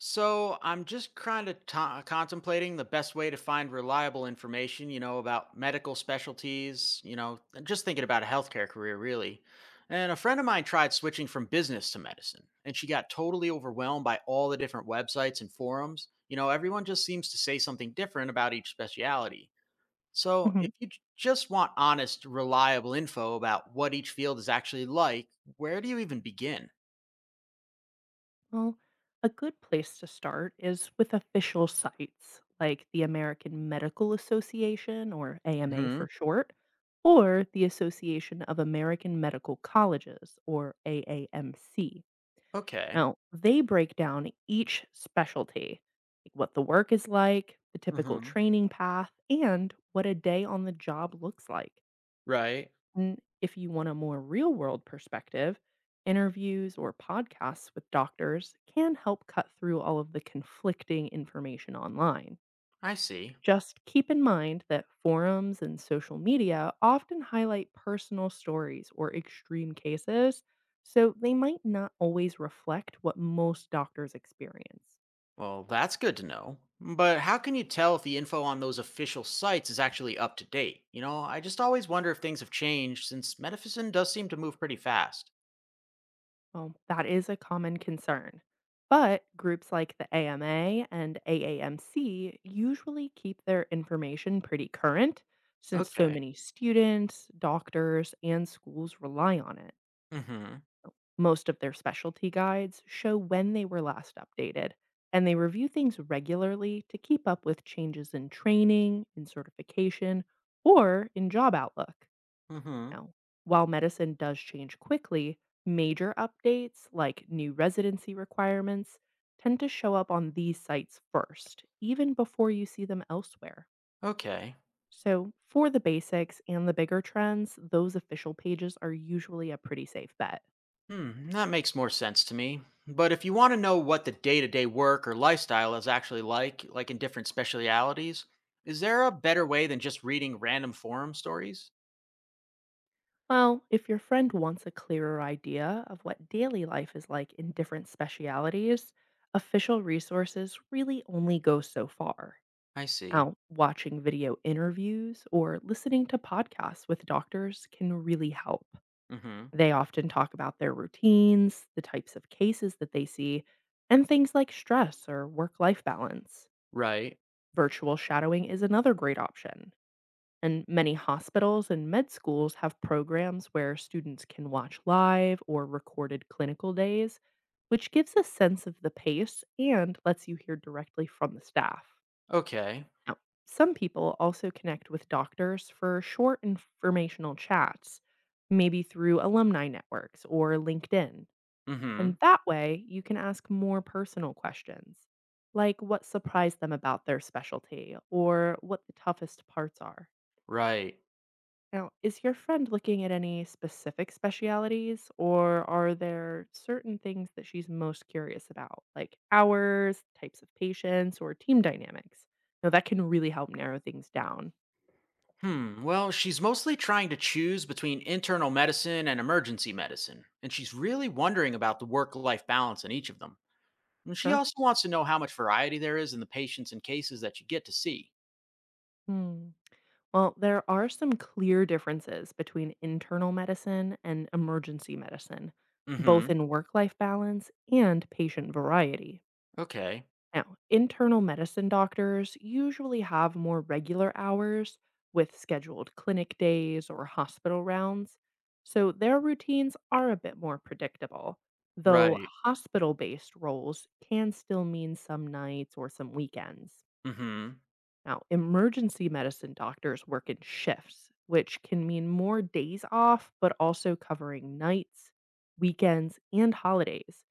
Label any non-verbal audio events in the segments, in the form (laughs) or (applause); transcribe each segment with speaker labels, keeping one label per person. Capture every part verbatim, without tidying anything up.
Speaker 1: So I'm just kind of to contemplating the best way to find reliable information, you know, about medical specialties, you know, and just thinking about a healthcare career, really. And a friend of mine tried switching from business to medicine, and she got totally overwhelmed by all the different websites and forums. You know, everyone just seems to say something different about each specialty. So
Speaker 2: Mhm.
Speaker 1: if you j- just want honest, reliable info about what each field is actually like, where do you even begin?
Speaker 2: Well, a good place to start is with official sites like the American Medical Association, or A M A
Speaker 1: Hmm.
Speaker 2: for short, or the Association of American Medical Colleges, or A A M C.
Speaker 1: Okay.
Speaker 2: Now, they break down each specialty, like what the work is like, the typical
Speaker 1: Hmm.
Speaker 2: training path, and what a day on the job looks like.
Speaker 1: Right.
Speaker 2: And if you want a more real world perspective, interviews or podcasts with doctors can help cut through all of the conflicting information online.
Speaker 1: I see.
Speaker 2: Just keep in mind that forums and social media often highlight personal stories or extreme cases, so they might not always reflect what most doctors experience.
Speaker 1: Well, that's good to know. But how can you tell if the info on those official sites is actually up to date? You know, I just always wonder if things have changed, since medicine does seem to move pretty fast.
Speaker 2: Well, that is a common concern. But groups like the A M A and A A M C usually keep their information pretty current since so
Speaker 1: Okay.
Speaker 2: many students, doctors, and schools rely on it.
Speaker 1: Mhm.
Speaker 2: Most of their specialty guides show when they were last updated, and they review things regularly to keep up with changes in training, in certification, or in job outlook.
Speaker 1: Mhm.
Speaker 2: Now, while medicine does change quickly, major updates like new residency requirements tend to show up on these sites first, even before you see them elsewhere.
Speaker 1: Okay.
Speaker 2: So, for the basics and the bigger trends, those official pages are usually a pretty safe bet.
Speaker 1: Hmm, that makes more sense to me. But if you want to know what the day-to-day work or lifestyle is actually like, like in different specialities, is there a better way than just reading random forum stories?
Speaker 2: Well, if your friend wants a clearer idea of what daily life is like in different specialities, official resources really only go so far.
Speaker 1: I see.
Speaker 2: Now, watching video interviews or listening to podcasts with doctors can really help.
Speaker 1: Mhm.
Speaker 2: They often talk about their routines, the types of cases that they see, and things like stress or work life balance.
Speaker 1: Right.
Speaker 2: Virtual shadowing is another great option. And many hospitals and med schools have programs where students can watch live or recorded clinical days, which gives a sense of the pace and lets you hear directly from the staff.
Speaker 1: Okay.
Speaker 2: Now, some people also connect with doctors for short informational chats, maybe through alumni networks or LinkedIn. And
Speaker 1: Mhm.
Speaker 2: that way, you can ask more personal questions, like what surprised them about their specialty or what the toughest parts are.
Speaker 1: Right.
Speaker 2: Now, is your friend looking at any specific specialities, or are there certain things that she's most curious about, like hours, types of patients, or team dynamics? Now, that can really help narrow things down.
Speaker 1: Hmm. Well, she's mostly trying to choose between internal medicine and emergency medicine, and she's really wondering about the work life balance in each of them. And she
Speaker 2: Sure.
Speaker 1: also wants to know how much variety there is in the patients and cases that you get to see.
Speaker 2: Hmm. Well, there are some clear differences between internal medicine and emergency medicine,
Speaker 1: Mm
Speaker 2: both
Speaker 1: hmm.
Speaker 2: in work life balance and patient variety.
Speaker 1: Okay.
Speaker 2: Now, internal medicine doctors usually have more regular hours with scheduled clinic days or hospital rounds, so their routines are a bit more predictable, though
Speaker 1: Right.
Speaker 2: hospital based roles can still mean some nights or some weekends.
Speaker 1: Mm hmm.
Speaker 2: Now, emergency medicine doctors work in shifts, which can mean more days off, but also covering nights, weekends, and holidays.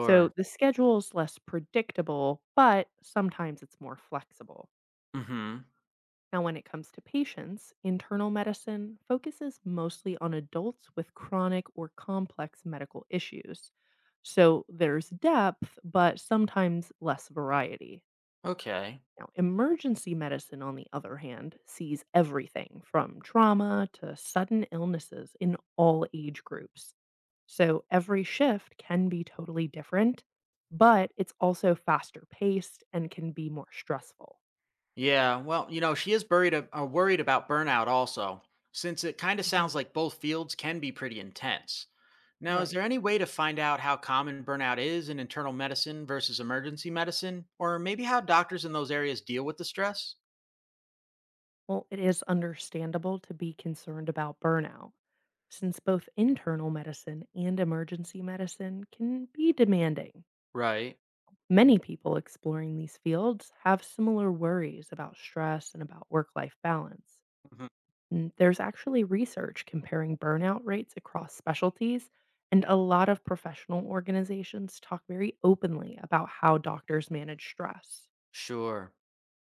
Speaker 2: So the schedule is less predictable, but sometimes it's more flexible.
Speaker 1: Mm hmm.
Speaker 2: Now, when it comes to patients, internal medicine focuses mostly on adults with chronic or complex medical issues. So there's depth, but sometimes less variety.
Speaker 1: Okay.
Speaker 2: Now, emergency medicine, on the other hand, sees everything from trauma to sudden illnesses in all age groups. So every shift can be totally different, but it's also faster paced and can be more stressful.
Speaker 1: Yeah. Well, you know, she is buried, a, uh, worried about burnout also, since it kind of sounds
Speaker 2: Mhm.
Speaker 1: like both fields can be pretty intense. Now, is
Speaker 2: Right.
Speaker 1: there any way to find out how common burnout is in internal medicine versus emergency medicine, or maybe how doctors in those areas deal with the stress?
Speaker 2: Well, it is understandable to be concerned about burnout, since both internal medicine and emergency medicine can be demanding.
Speaker 1: Right.
Speaker 2: Many people exploring these fields have similar worries about stress and about work life balance.
Speaker 1: Mhm.
Speaker 2: And there's actually research comparing burnout rates across specialties, and a lot of professional organizations talk very openly about how doctors manage stress.
Speaker 1: Sure.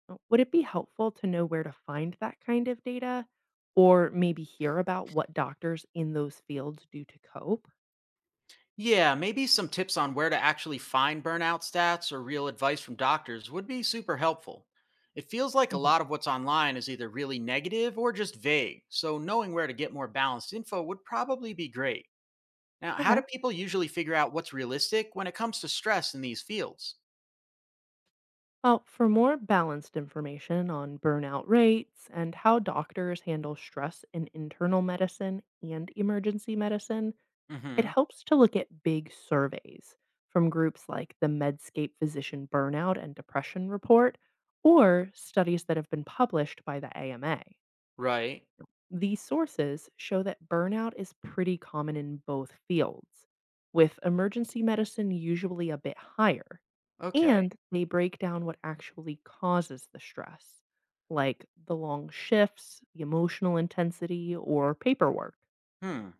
Speaker 2: Uh, Would it be helpful to know where to find that kind of data, or maybe hear about what doctors in those fields do to cope?
Speaker 1: Yeah, maybe some tips on where to actually find burnout stats or real advice from doctors would be super helpful. It feels like a
Speaker 2: Mhm.
Speaker 1: lot of what's online is either really negative or just vague, so knowing where to get more balanced info would probably be great. Now, how do
Speaker 2: Okay.
Speaker 1: people usually figure out what's realistic when it comes to stress in these fields?
Speaker 2: Well, for more balanced information on burnout rates and how doctors handle stress in internal medicine and emergency medicine, it
Speaker 1: Hmm.
Speaker 2: helps to look at big surveys from groups like the Medscape Physician Burnout and Depression Report or studies that have been published by the A M A.
Speaker 1: Right.
Speaker 2: These sources show that burnout is pretty common in both fields, with emergency medicine usually a bit higher
Speaker 1: Okay.
Speaker 2: and they break down what actually causes the stress, like the long shifts, the emotional intensity, or paperwork.
Speaker 1: Hmm.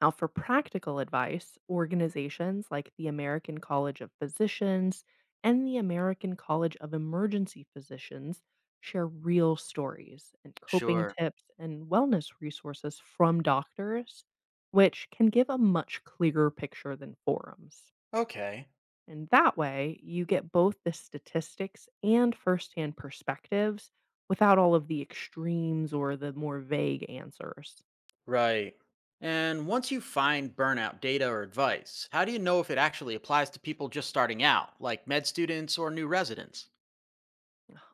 Speaker 2: Now, for practical advice, organizations like the American College of Physicians and the American College of Emergency Physicians share real stories and coping
Speaker 1: Sure.
Speaker 2: tips and wellness resources from doctors, which can give a much clearer picture than forums.
Speaker 1: Okay.
Speaker 2: And that way, you get both the statistics and firsthand perspectives without all of the extremes or the more vague answers.
Speaker 1: Right. And once you find burnout data or advice, how do you know if it actually applies to people just starting out, like med students or new residents?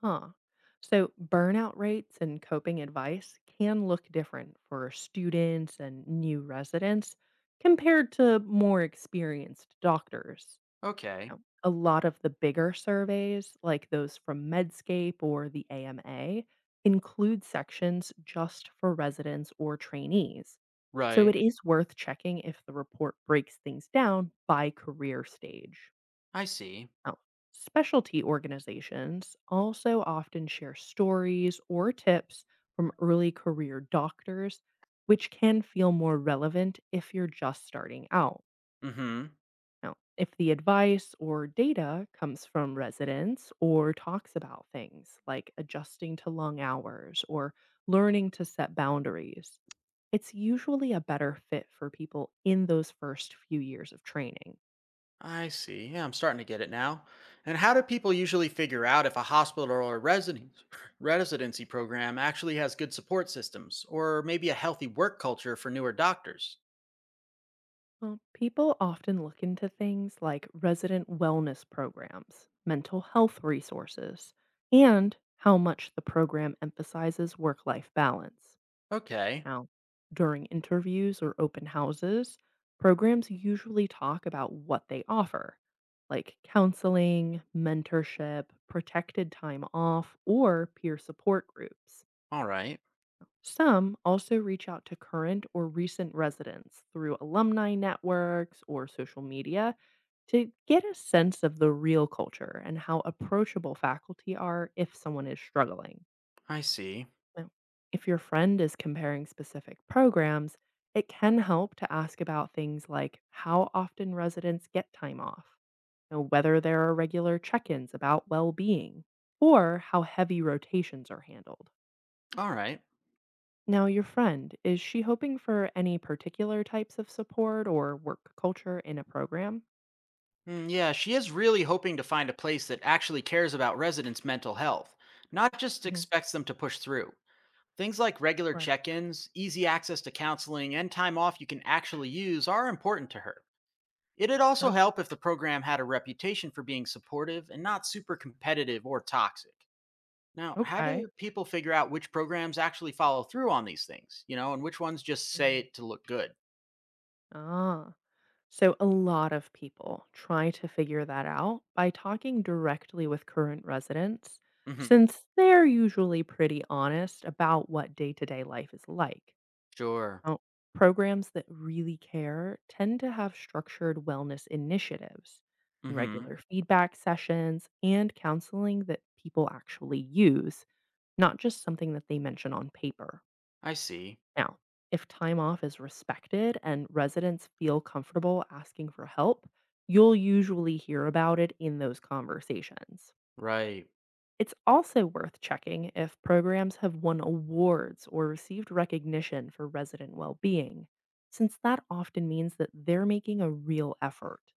Speaker 2: Huh. So, burnout rates and coping advice can look different for students and new residents compared to more experienced doctors.
Speaker 1: Okay.
Speaker 2: Um, a lot of the bigger surveys, like those from Medscape or the A M A, include sections just for residents or trainees. So
Speaker 1: Right.
Speaker 2: it is worth checking if the report breaks things down by career stage.
Speaker 1: I see.
Speaker 2: Now, specialty organizations also often share stories or tips from early career doctors, which can feel more relevant if you're just starting out.
Speaker 1: Mm hmm.
Speaker 2: Now, if the advice or data comes from residents or talks about things like adjusting to long hours or learning to set boundaries, it's usually a better fit for people in those first few years of training.
Speaker 1: I see. Yeah, I'm starting to get it now. And how do people usually figure out if a hospital or resident- (laughs) (sniffs) residency program actually has good support systems or maybe a healthy work culture for newer doctors?
Speaker 2: Well, people often look into things like resident wellness programs, mental health resources, and how much the program emphasizes work life balance.
Speaker 1: Okay.
Speaker 2: Now, during interviews or open houses, programs usually talk about what they offer, like counseling, mentorship, protected time off, or peer support groups.
Speaker 1: All right.
Speaker 2: Some also reach out to current or recent residents through alumni networks or social media to get a sense of the real culture and how approachable faculty are if someone is struggling.
Speaker 1: I see.
Speaker 2: Now, if your friend is comparing specific programs, it can help to ask about things like how often residents get time off, you know, whether there are regular check ins about well being, or how heavy rotations are handled.
Speaker 1: All right.
Speaker 2: Now, your friend, is she hoping for any particular types of support or work culture in a program?
Speaker 1: Mm, yeah, she is really hoping to find a place that actually cares about residents' mental health, not just
Speaker 2: Hmm.
Speaker 1: expects them to push through. Things like regular
Speaker 2: Right.
Speaker 1: check ins, easy access to counseling, and time off you can actually use are important to her. It'd also
Speaker 2: Sure.
Speaker 1: help if the program had a reputation for being supportive and not super competitive or toxic. Now, how do
Speaker 2: Okay.
Speaker 1: people figure out which programs actually follow through on these things, you know, and which ones just say
Speaker 2: Mm.
Speaker 1: it to look good?
Speaker 2: Ah. So, a lot of people try to figure that out by talking directly with current residents,
Speaker 1: Hmm.
Speaker 2: since they're usually pretty honest about what day to day life is like.
Speaker 1: Sure.
Speaker 2: Now, programs that really care tend to have structured wellness initiatives,
Speaker 1: Hmm.
Speaker 2: regular feedback sessions, and counseling that people actually use, not just something that they mention on paper.
Speaker 1: I see.
Speaker 2: Now, if time off is respected and residents feel comfortable asking for help, you'll usually hear about it in those conversations.
Speaker 1: Right.
Speaker 2: It's also worth checking if programs have won awards or received recognition for resident well being, since that often means that they're making a real effort.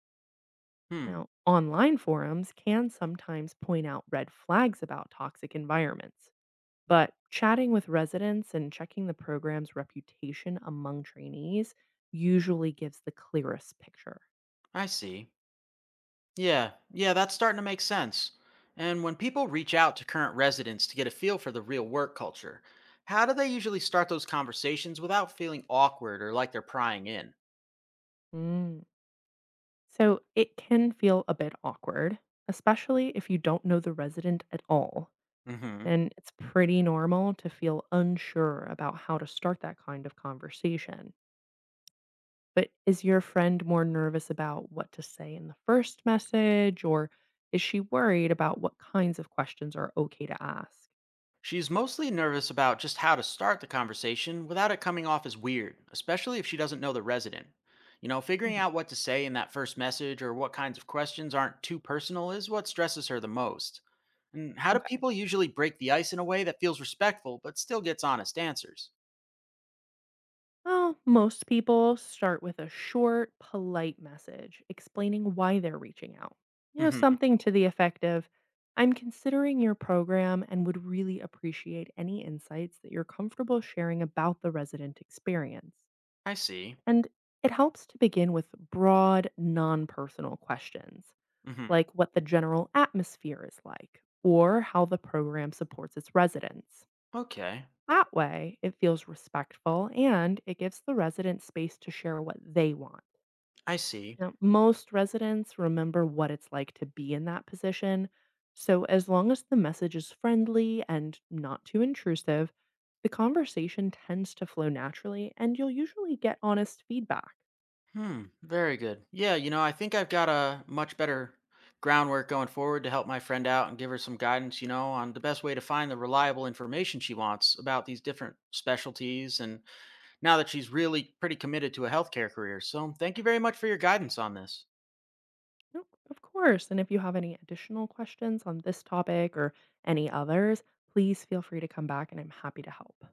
Speaker 1: Hmm.
Speaker 2: Now, online forums can sometimes point out red flags about toxic environments, but chatting with residents and checking the program's reputation among trainees usually gives the clearest picture.
Speaker 1: I see. Yeah, yeah, that's starting to make sense. And when people reach out to current residents to get a feel for the real work culture, how do they usually start those conversations without feeling awkward or like they're prying in?
Speaker 2: Mm, So it can feel a bit awkward, especially if you don't know the resident at all.
Speaker 1: Hmm.
Speaker 2: And it's pretty normal to feel unsure about how to start that kind of conversation. But is your friend more nervous about what to say in the first message, or is she worried about what kinds of questions are okay to ask?
Speaker 1: She's mostly nervous about just how to start the conversation without it coming off as weird, especially if she doesn't know the resident. You know, figuring
Speaker 2: Mhm.
Speaker 1: out what to say in that first message or what kinds of questions aren't too personal is what stresses her the most. And how do
Speaker 2: Okay.
Speaker 1: people usually break the ice in a way that feels respectful but still gets honest answers?
Speaker 2: Well, most people start with a short, polite message explaining why they're reaching out. You know,
Speaker 1: Hmm.
Speaker 2: something to the effect of, I'm considering your program and would really appreciate any insights that you're comfortable sharing about the resident experience.
Speaker 1: I see.
Speaker 2: And it helps to begin with broad, non personal questions,
Speaker 1: Hmm.
Speaker 2: like what the general atmosphere is like or how the program supports its residents.
Speaker 1: Okay.
Speaker 2: That way, it feels respectful and it gives the resident space to share what they want.
Speaker 1: I see.
Speaker 2: Now, most residents remember what it's like to be in that position. So, as long as the message is friendly and not too intrusive, the conversation tends to flow naturally and you'll usually get honest feedback.
Speaker 1: Hmm. Very good. Yeah. You know, I think I've got a much better groundwork going forward to help my friend out and give her some guidance, you know, on the best way to find the reliable information she wants about these different specialties. And now that she's really pretty committed to a healthcare career. So thank you very much for your guidance on this.
Speaker 2: No, of course. And if you have any additional questions on this topic or any others, please feel free to come back and I'm happy to help.